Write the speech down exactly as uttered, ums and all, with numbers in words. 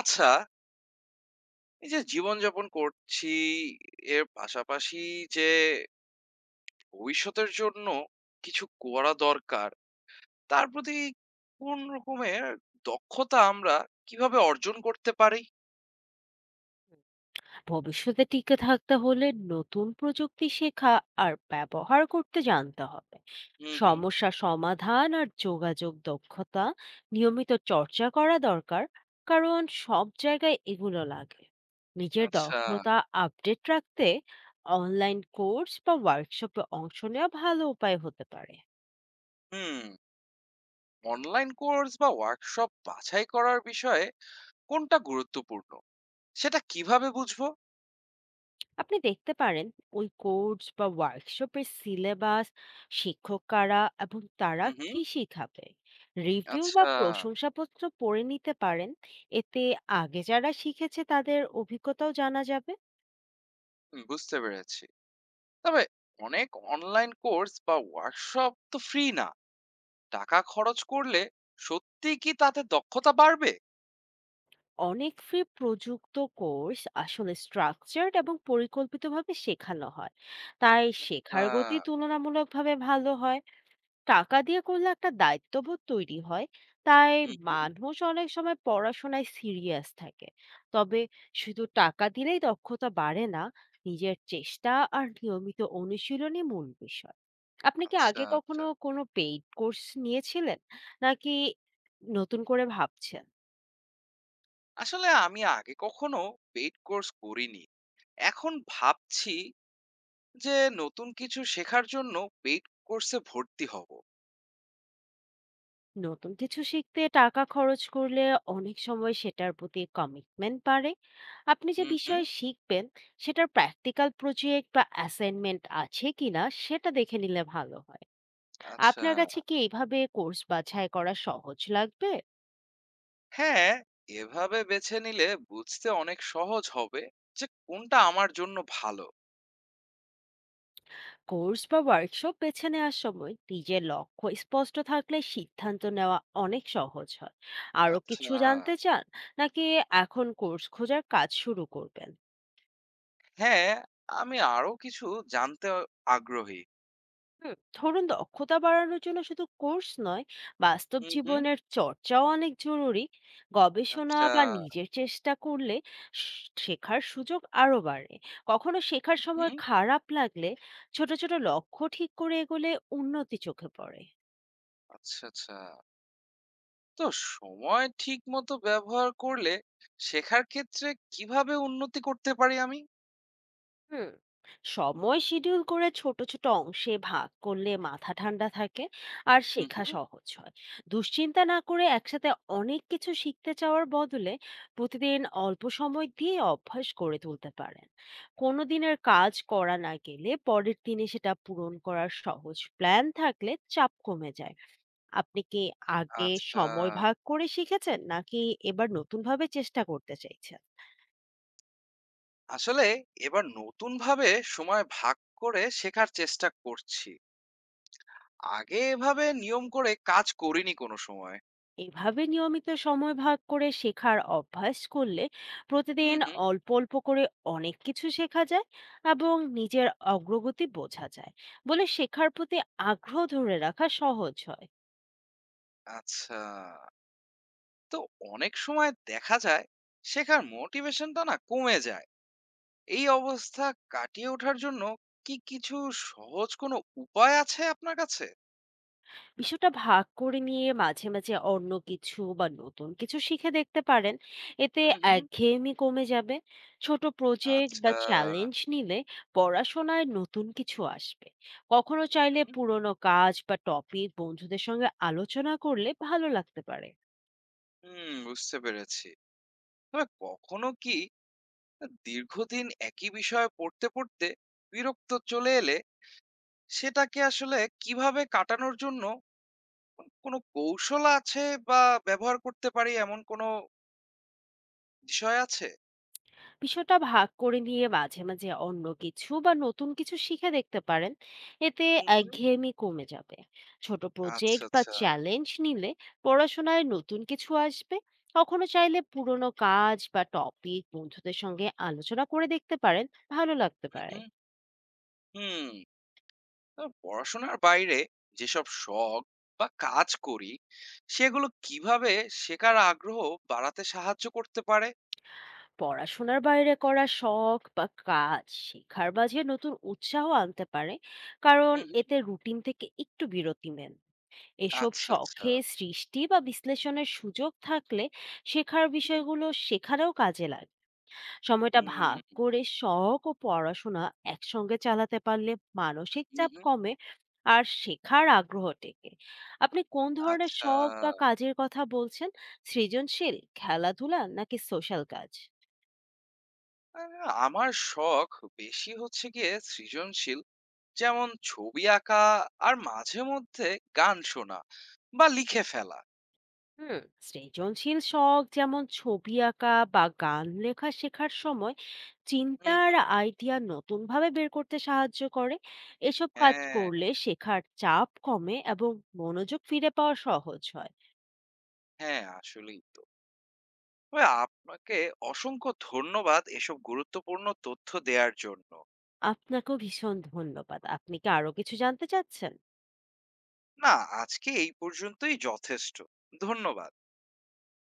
আচ্ছা, এই যে জীবনযাপন করছি, এর পাশাপাশি যে ভবিষ্যতের জন্য কিছু করা দরকার, তার প্রতি কোন রকমের দক্ষতা আমরা কিভাবে অর্জন করতে পারি? ভবিষ্যতে টিকে থাকতে হলে নতুন প্রযুক্তি শেখা আর ব্যবহার করতে জানতে হবে। হুম, হুম। সমস্যা সমাধান আর যোগাযোগ দক্ষতা নিয়মিত চর্চা করা দরকার, কারণ সব জায়গায় এগুলো লাগে। নিজের আচ্ছা। দক্ষতা আপডেট রাখতে অনলাইন কোর্স বা ওয়ার্কশপে অংশ নেওয়া ভালো উপায় হতে পারে। হুম, অনলাইন কোর্স বা ওয়ার্কশপ বাছাই করার বিষয়ে কোনটা গুরুত্বপূর্ণ? সেটা কিভাবে বুঝবো? আপনি দেখতে পারেন ওই কোর্স বা ওয়ার্কশপের সিলেবাস, শিক্ষক কারা এবং তারা হুম, হুম। কি শিখাবে। রিভিউ বা আচ্ছা, প্রশংসাপত্র পড়ে নিতে পারেন, এতে আগে যারা শিখেছে তাদের অভিজ্ঞতাও জানা যাবে। হুম, বুঝতে পেরেছি। তবে অনেক অনলাইন কোর্স বা ওয়ার্কশপ তো ফ্রি না। টাকা খরচ করলে সত্যিই কি তাতে দক্ষতা বাড়বে? অনেক ফ্রি প্রযুক্ত কোর্স আসলে স্ট্রাকচার্ড এবং পরিকল্পিতভাবে শেখানো হয়, তাই আ শেখার গতি তুলনামূলকভাবে ভালো হয়। টাকা দিয়ে করলে একটা দায়িত্ববোধ তৈরি হয়, তাই হুম, হুম। মানুষ অনেক সময় পড়াশোনায় সিরিয়াস থাকে। তবে শুধু টাকা দিলেই দক্ষতা বাড়ে না, নিজের চেষ্টা আর নিয়মিত অনুশীলনই মূল বিষয়। আপনি কি আচ্ছা, আগে আচ্ছা। কখনো কোনো পেইড কোর্স নিয়েছিলেন, নাকি নতুন করে ভাবছেন? আসলে আমি আগে কখনো পেইড কোর্স করিনি। এখন ভাবছি যে নতুন কিছু শেখার জন্য পেইড কোর্সে ভর্তি হব। নতুন কিছু শিখতে টাকা খরচ করলে অনেক সময় সেটার প্রতি কমিটমেন্ট বাড়ে। আপনি যে হুম, হুম। বিষয়ে শিখবেন সেটার প্র্যাকটিক্যাল প্রজেক্ট বা অ্যাসাইনমেন্ট আছে কিনা সেটা দেখে নিলে ভালো হয়। আচ্ছা। আপনার কাছে কি এইভাবে কোর্স বাছাই করা সহজ লাগবে? হ্যাঁ, এভাবে বেছে নিলে বুঝতে অনেক সহজ হবে যে কোনটা আমার জন্য ভালো। কোর্স বা ওয়ার্কশপ বেছে নেওয়ার সময় নিজের লক্ষ্য স্পষ্ট থাকলে সিদ্ধান্ত নেওয়া অনেক সহজ হয়। আরো কিছু আচ্ছা। জানতে চান, নাকি এখন কোর্স খোঁজার কাজ শুরু করবেন? হ্যাঁ, আমি আরো কিছু জানতে আগ্রহী। হুম, ধরুন দক্ষতা বাড়ানোর জন্য শুধু কোর্স নয়, বাস্তব হুম, হুম। জীবনের চর্চাও অনেক জরুরি। গবেষণা আচ্ছা। বা নিজের চেষ্টা করলে শ- শেখার সুযোগ আরো বাড়ে। কখনো শেখার হুম। সময় খারাপ লাগলে ছোট ছোট লক্ষ্য ঠিক করে এগোলে উন্নতি চোখে পড়ে। আচ্ছা, আচ্ছা। তো সময় ঠিক মতো ব্যবহার করলে শেখার ক্ষেত্রে কিভাবে উন্নতি করতে পারি আমি? হুম, সময় শিডিউল করে ছোট ছোট অংশে ভাগ করলে মাথা ঠান্ডা থাকে আর হুম, শেখা হুম। সহজ হয়। দুশ্চিন্তা না করে একসাথে অনেক কিছু শিখতে চাওয়ার বদলে প্রতিদিন অল্প সময় দিয়ে অভ্যাস করে তুলতে পারেন। কোনো দিনের কাজ করা না গেলে পরের দিনে সেটা পূরণ করার সহজ প্ল্যান থাকলে চাপ কমে যায়। আপনি কি আগে আচ্ছা। সময় ভাগ করে শিখেছেন, নাকি এবার নতুনভাবে চেষ্টা করতে চাইছেন? আসলে এবার নতুনভাবে সময় ভাগ করে শেখার চেষ্টা করছি। আগে এভাবে নিয়ম করে কাজ করিনি কোনো সময়। এভাবে নিয়মিত সময় ভাগ করে শেখার অভ্যাস করলে হুম, প্রতিদিন হুম। অল্প অল্প করে অনেক কিছু শেখা যায় এবং নিজের অগ্রগতি বোঝা যায় বলে শেখার প্রতি আগ্রহ ধরে রাখা সহজ হয়। আচ্ছা। তো অনেক সময় দেখা যায় শেখার মোটিভেশনটা না কমে যায়। এই অবস্থা কাটিয়ে ওঠার জন্য কি কিছু সহজ কোনো উপায় আছে আপনার কাছে? বিষয়টা ভাগ করে নিয়ে মাঝে মাঝে অন্য কিছু বা নতুন কিছু শিখে দেখতে পারেন। এতে হুম, হুম। একঘেয়েমি কমে যাবে। ছোট প্রজেক্ট বা আচ্ছা। চ্যালেঞ্জ নিলে পড়াশোনায় নতুন কিছু আসবে। কখনো চাইলে হুম, পুরনো কাজ বা টপিক বন্ধুদের সঙ্গে আলোচনা করলে ভালো লাগতে পারে। হুম, বুঝতে পেরেছি। তবে কখনো কি আ দীর্ঘদিন একই বিষয় পড়তে, পড়তে বিরক্ত চলে এলে সেটাকে আসলে কিভাবে কাটানোর জন্য কোন কোনো কৌশল আছে বা ব্যবহার করতে পারি এমন কোনো বিষয় আছে? বিষয়টা ভাগ করে নিয়ে মাঝে মাঝে অন্য কিছু বা নতুন কিছু শিখে দেখতে পারেন। এতে হুম, হুম। একঘেয়েমি কমে যাবে। ছোট আচ্ছা, প্রজেক্ট বা আচ্ছা। চ্যালেঞ্জ নিলে পড়াশোনায় নতুন কিছু আসবে। কখনো চাইলে পুরনো কাজ বা টপিক বন্ধুদের সঙ্গে আলোচনা করে দেখতে পারেন, ভালো লাগতে হুম, পারে। হুম, হুম। তো পড়াশোনার বাইরে যেসব শখ বা কাজ করি সেগুলো কিভাবে শেখার আগ্রহ বাড়াতে সাহায্য করতে পারে? পড়াশোনার বাইরে করা শখ বা কাজ শেখার মাঝে নতুন উৎসাহ আনতে পারে, কারণ হুম, হুম। এতে রুটিন থেকে একটু বিরতি নেন। এসব আচ্ছা, আচ্ছা। শখে সৃষ্টি বা বিশ্লেষণের সুযোগ থাকলে শেখার বিষয়গুলো শেখারও কাজে লাগে। সময়টা হুম, ভাগ করে শখ ও পড়াশোনা একসঙ্গে চালাতে পারলে মানসিক হুম, চাপ হুম। কমে আর শেখার আগ্রহ টেকে। আপনি কোন ধরনের আচ্ছা। শখ বা কাজের কথা বলছেন? সৃজনশীল, খেলাধুলা, নাকি সোশ্যাল কাজ? আ আমার শখ বেশি হচ্ছে গিয়ে সৃজনশীল। যেমন ছবি আঁকা আর মাঝে মধ্যে গান শোনা বা লিখে ফেলা। হুম, সৃজনশীল শখ যেমন ছবি আঁকা বা গান লেখা শেখার সময় চিন্তা হুম, আর হুম। আইডিয়া নতুন ভাবে বের করতে সাহায্য করে। এসব কাজ হ্যাঁ, করলে শেখার চাপ কমে এবং মনোযোগ ফিরে পাওয়া সহজ হয়। হ্যাঁ, আসলেই তো। তবে আপনাকে অসংখ্য ধন্যবাদ এসব গুরুত্বপূর্ণ তথ্য দেয়ার জন্য। আপনাকেও ভীষণ ধন্যবাদ। আপনি কি আরো কিছু জানতে চাচ্ছেন? না, আজকে এই পর্যন্তই যথেষ্ট। ধন্যবাদ।